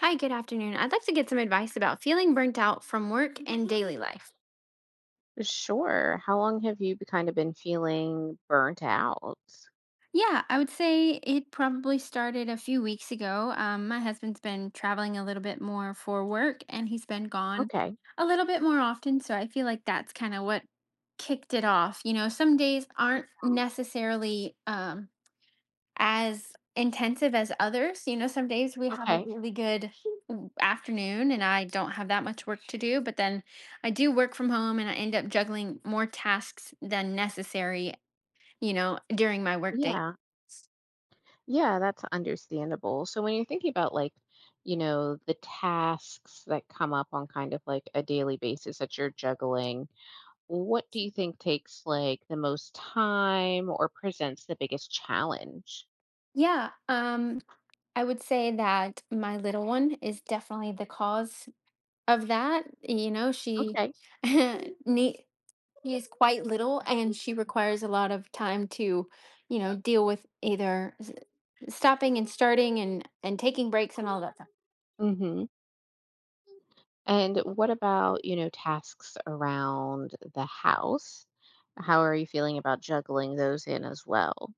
Hi, good afternoon. I'd like to get some advice about feeling burnt out from work and daily life. Sure. How long have you kind of been feeling burnt out? Yeah, I would say it probably started a few weeks ago. My husband's been traveling a little bit more for work and he's been gone Okay. a little bit more often. So I feel like that's kind of what kicked it off. Some days Yeah. aren't necessarily as intensive as others. Some days we have a Okay. really good afternoon and I don't have that much work to do, but then I do work from home and I end up juggling more tasks than necessary, during my workday. Yeah. Yeah, that's understandable. So when you're thinking about the tasks that come up on kind of like a daily basis that you're juggling, what do you think takes like the most time or presents the biggest challenge? Yeah, I would say that my little one is definitely the cause of that. She Okay. need she is quite little and she requires a lot of time to deal with either stopping and starting and taking breaks and all that stuff. Mhm. And what about, you know, tasks around the house? How are you feeling about juggling those in as well?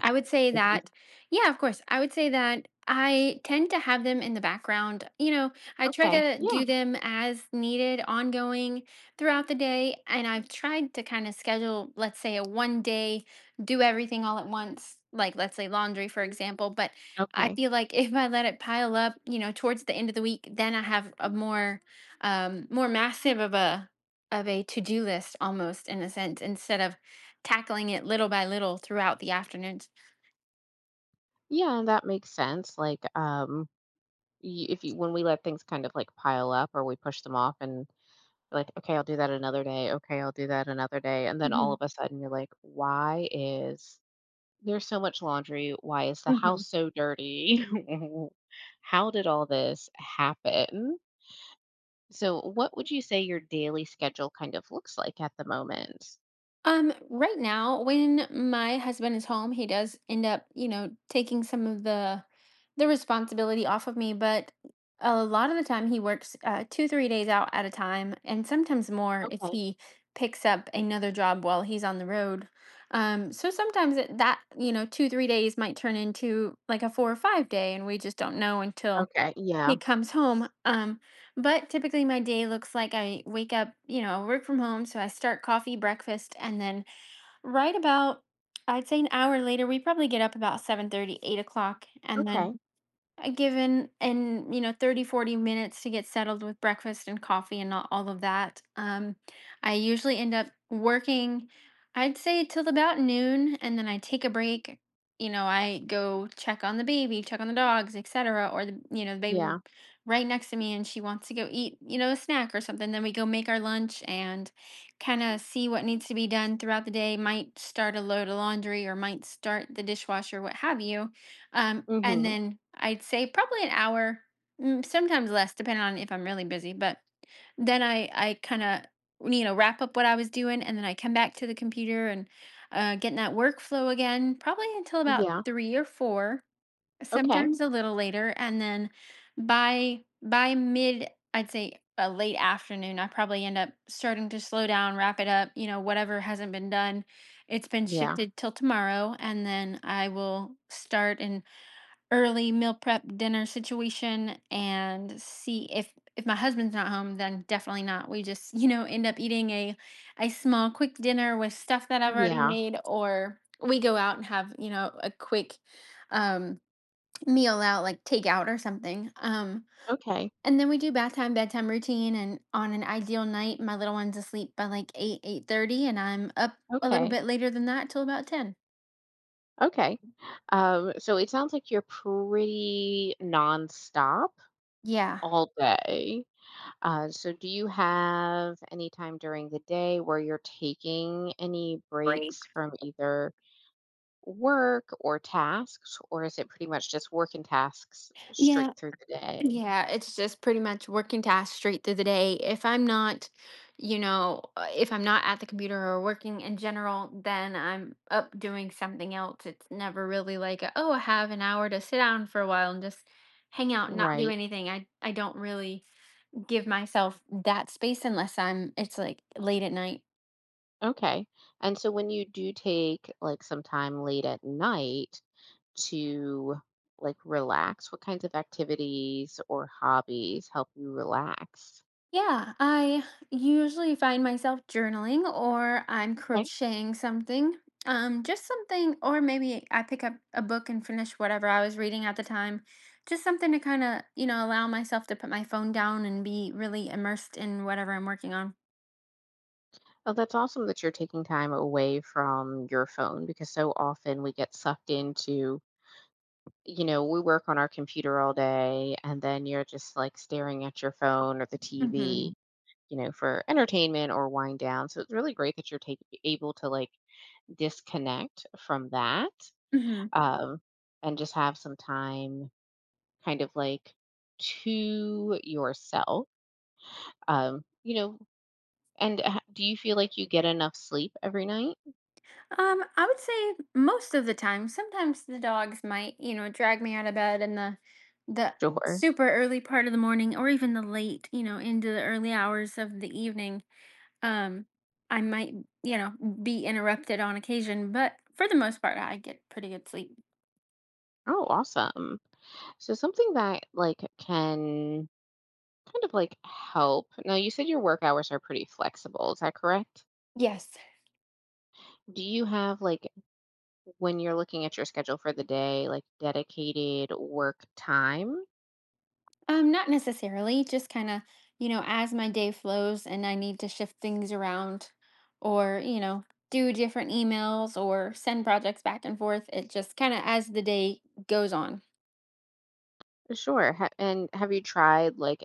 I would say Like you, that, yeah, of course. I would say that I tend to have them in the background. I try okay, to yeah, do them as needed, ongoing throughout the day. And I've tried to kind of schedule, let's say, a one day, do everything all at once, like let's say laundry, for example. But I okay, feel like if I let it pile up, towards the end of the week, then I have a more, more massive of a, to do list almost in a sense, instead of tackling it little by little throughout the afternoon. yeah, that makes sense. If you When we let things kind of like pile up or we push them off and we're like, okay, I'll do that another day. Okay, I'll do that another day, and then all of Mhm, a sudden you're like, why is there's so much laundry? Why is the house mhm. so dirty? How did all this happen? So, what would you say your daily schedule kind of looks like at the moment? Right now, when my husband is home, he does end up, taking some of the responsibility off of me, but a lot of the time he works 2, 3 days out at a time, and sometimes more if Okay. he picks up another job while he's on the road. So sometimes that, 2, 3 days might turn into like a 4 or 5 day, and we just don't know until Okay. Yeah. he comes home. But typically my day looks like I wake up, work from home. So I start coffee, breakfast, and then right about, I'd say, an hour later, we probably get up about 7:30, 8 o'clock, and then Okay. Given in 30, 40 minutes to get settled with breakfast and coffee and all of that, I usually end up working, I'd say, till about noon, and then I take a break. I go check on the baby, check on the dogs, etc. Or the, the baby Yeah. right next to me, and she wants to go eat, a snack or something. Then we go make our lunch and kind of see what needs to be done throughout the day. Might start a load of laundry or might start the dishwasher, what have you, and Mm-hmm. then I'd say probably an hour, sometimes less, depending on if I'm really busy. But then I kind of wrap up what I was doing, and then I come back to the computer and get in that workflow again, probably until about Yeah. three or four, Okay. sometimes a little later, and then by I'd say, a late afternoon, I probably end up starting to slow down, wrap it up. Whatever hasn't been done, it's been, yeah, Yeah. shifted till tomorrow, and then I will start and early meal prep dinner situation and see if my husband's not home then definitely not, we just end up eating a small quick dinner with stuff that I've, yeah, already Yeah. made, or we go out and have a quick um meal out like takeout or something, Okay. and then we do bath time bedtime routine, and on an ideal night my little one's asleep by like 8 8:30, and I'm up a little Okay. bit later than that till about 10. Okay. So it sounds like you're pretty nonstop Yeah. all day. So do you have any time during the day where you're taking any Great. breaks from either work or tasks, or is it pretty much just work and tasks straight Yeah, through the day? Yeah, it's just pretty much working tasks straight through the day. If I'm not at the computer or working in general, then I'm up doing something else. It's never really like, a, oh, I have an hour to sit down for a while and just hang out, and not do Right. anything. I don't really give myself that space unless I'm, it's like late at night. Okay. And so when you do take like some time late at night to like relax, what kinds of activities or hobbies help you relax? Yeah, I usually find myself journaling or I'm Okay. crocheting something. Just something, or maybe I pick up a book and finish whatever I was reading at the time. Just something to kind of, allow myself to put my phone down and be really immersed in whatever I'm working on. Oh, that's awesome that you're taking time away from your phone because so often we get sucked into, you know, we work on our computer all day and then you're just like staring at your phone or the Mm-hmm. TV, you know, for entertainment or wind down. So it's really great that you're able to like disconnect from that, Mm-hmm. um, and just have some time kind of like to yourself. Um, you know, do you feel like you get enough sleep every night? I would say most of the time. Sometimes the dogs might, drag me out of bed in the the Sure. super early part of the morning, or even the late, into the early hours of the evening. Um, I might, you know, be interrupted on occasion, but for the most part, I get pretty good sleep. Oh, awesome. So something that like can kind of like help. Now you said your work hours are pretty flexible. Is that correct? Yes. Do you have like, when you're looking at your schedule for the day, like, dedicated work time? Not necessarily, just kind of, as my day flows and I need to shift things around, or, do different emails or send projects back and forth. It just kind of, as the day goes on. Sure, ha And have you tried, like,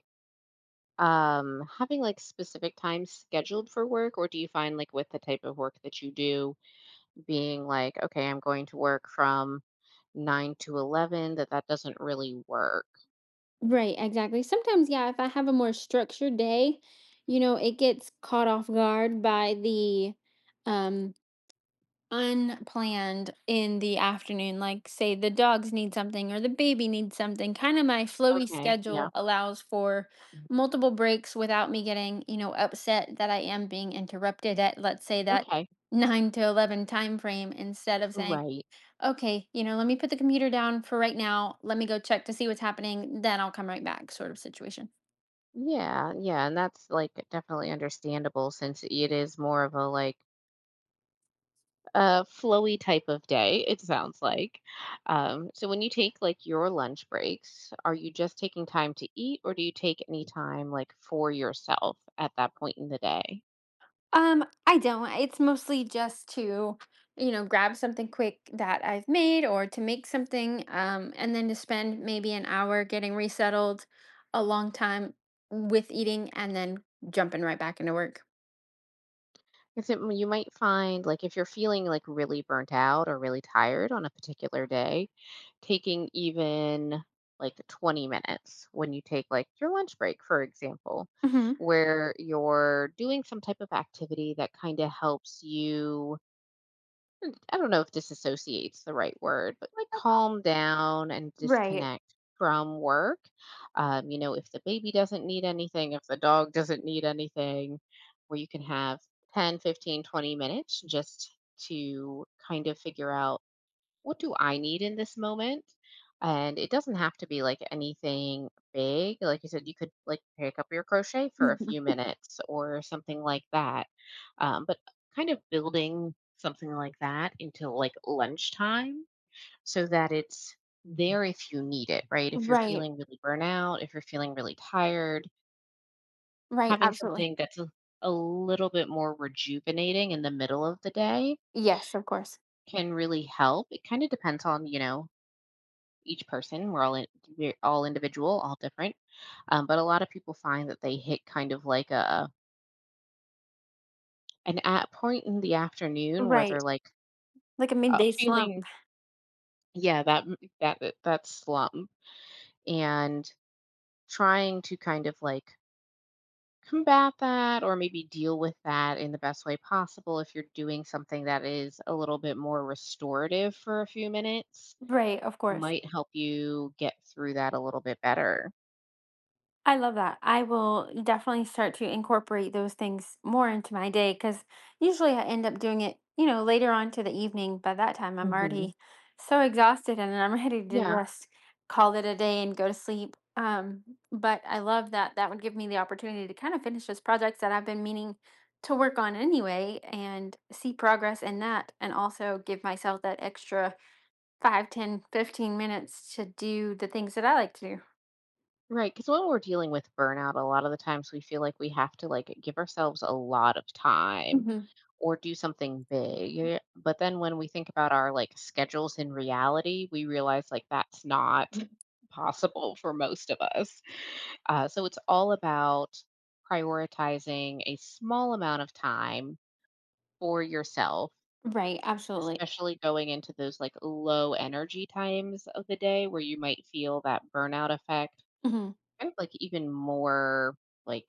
having, like, specific times scheduled for work, or do you find, like, with the type of work that you do, being like, "Okay, I'm going to work from 9 to 11," that doesn't really work? Right, exactly. Sometimes, yeah, if I have a more structured day, it gets caught off guard by the um unplanned in the afternoon, like say the dogs need something or the baby needs something. Kind of my flowy Okay, yeah, schedule allows for multiple breaks without me getting, upset that I am being interrupted at, let's say, that okay, 9 to 11 time frame instead of saying, right. "Okay, you know, let me put the computer down for right now. Let me go check to see what's happening, then I'll come right back," sort of situation. Yeah, yeah, and that's, like, definitely understandable since it is more of a, like, a flowy type of day, it sounds like. So when you take like your lunch breaks, are you just taking time to eat or do you take any time like for yourself at that point in the day? I don't. It's mostly just to, grab something quick that I've made or to make something, and then to spend maybe an hour getting resettled, a long time with eating, and then jumping right back into work. Is it you might find like if you're feeling like really burnt out or really tired on a particular day, taking even like 20 minutes when you take like your lunch break, for example, Hmm. where you're doing some type of activity that kind of helps you, I don't know if disassociate's the right word, but like calm down and Right. disconnect from work. You know, if the baby doesn't need anything, if the dog doesn't need anything, where you can have 10, 15, 20 minutes just to kind of figure out, what do I need in this moment? And it doesn't have to be like anything big. Like you said, you could like pick up your crochet for a Mhm. few minutes or something like that. But Kind of building something like that into like lunchtime so that it's there if you need it, right? If you're Right. feeling really burnout, if you're feeling really tired, Right. having Absolutely. something that's a little bit more rejuvenating in the middle of the day Yes, of course. can really help. It kind of depends on, you know, each person. We're all individual, all different. But A lot of people find that they hit kind of like a an at point in the afternoon where they're Right. like Like a midday slump. feeling yeah, that m- that that that slump, and trying to kind of like combat that or maybe deal with that in the best way possible if you're doing something that is a little bit more restorative for a few minutes Right. Of course. might help you get through that a little bit better. I love that. I will definitely start to incorporate those things more into my day because usually I end up doing it, later on to the evening. By that time, I'm Mhm. already so exhausted and I'm ready to just call it a day and go to sleep. But I love that that would give me the opportunity to kind of finish those projects that I've been meaning to work on anyway and see progress in that, and also give myself that extra 5, 10, 15 minutes to do the things that I like to do. Right, because when we're dealing with burnout, a lot of the times we feel like we have to like give ourselves a lot of time Hmm. or do something big. But then when we think about our like schedules in reality, we realize like that's not possible for most of us. So it's all about prioritizing a small amount of time for yourself, Right, absolutely. especially going into those like low energy times of the day where you might feel that burnout effect Hmm. kind of like even more like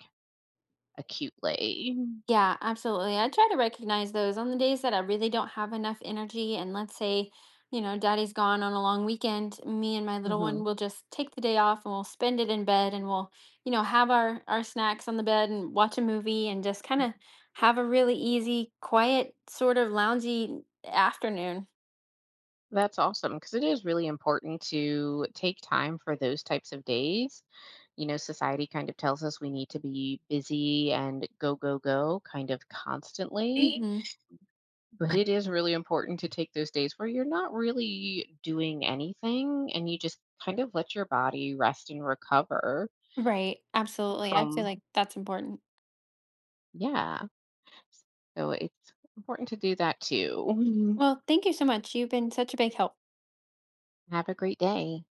acutely. Yeah, absolutely. I try to recognize those on the days that I really don't have enough energy. And let's say, daddy's gone on a long weekend, me and my little one Hmm. will just take the day off and we'll spend it in bed and we'll, have our snacks on the bed and watch a movie and just kind of have a really easy, quiet, sort of loungy afternoon. That's awesome because it is really important to take time for those types of days. You know, society kind of tells us we need to be busy and go, go, go kind of constantly. Right. Hmm. But it is really important to take those days where you're not really doing anything and you just kind of let your body rest and recover Right. Absolutely. I feel from, like that's important. yeah. So it's important to do that too. Well, thank you so much. You've been such a big help. Have a great day.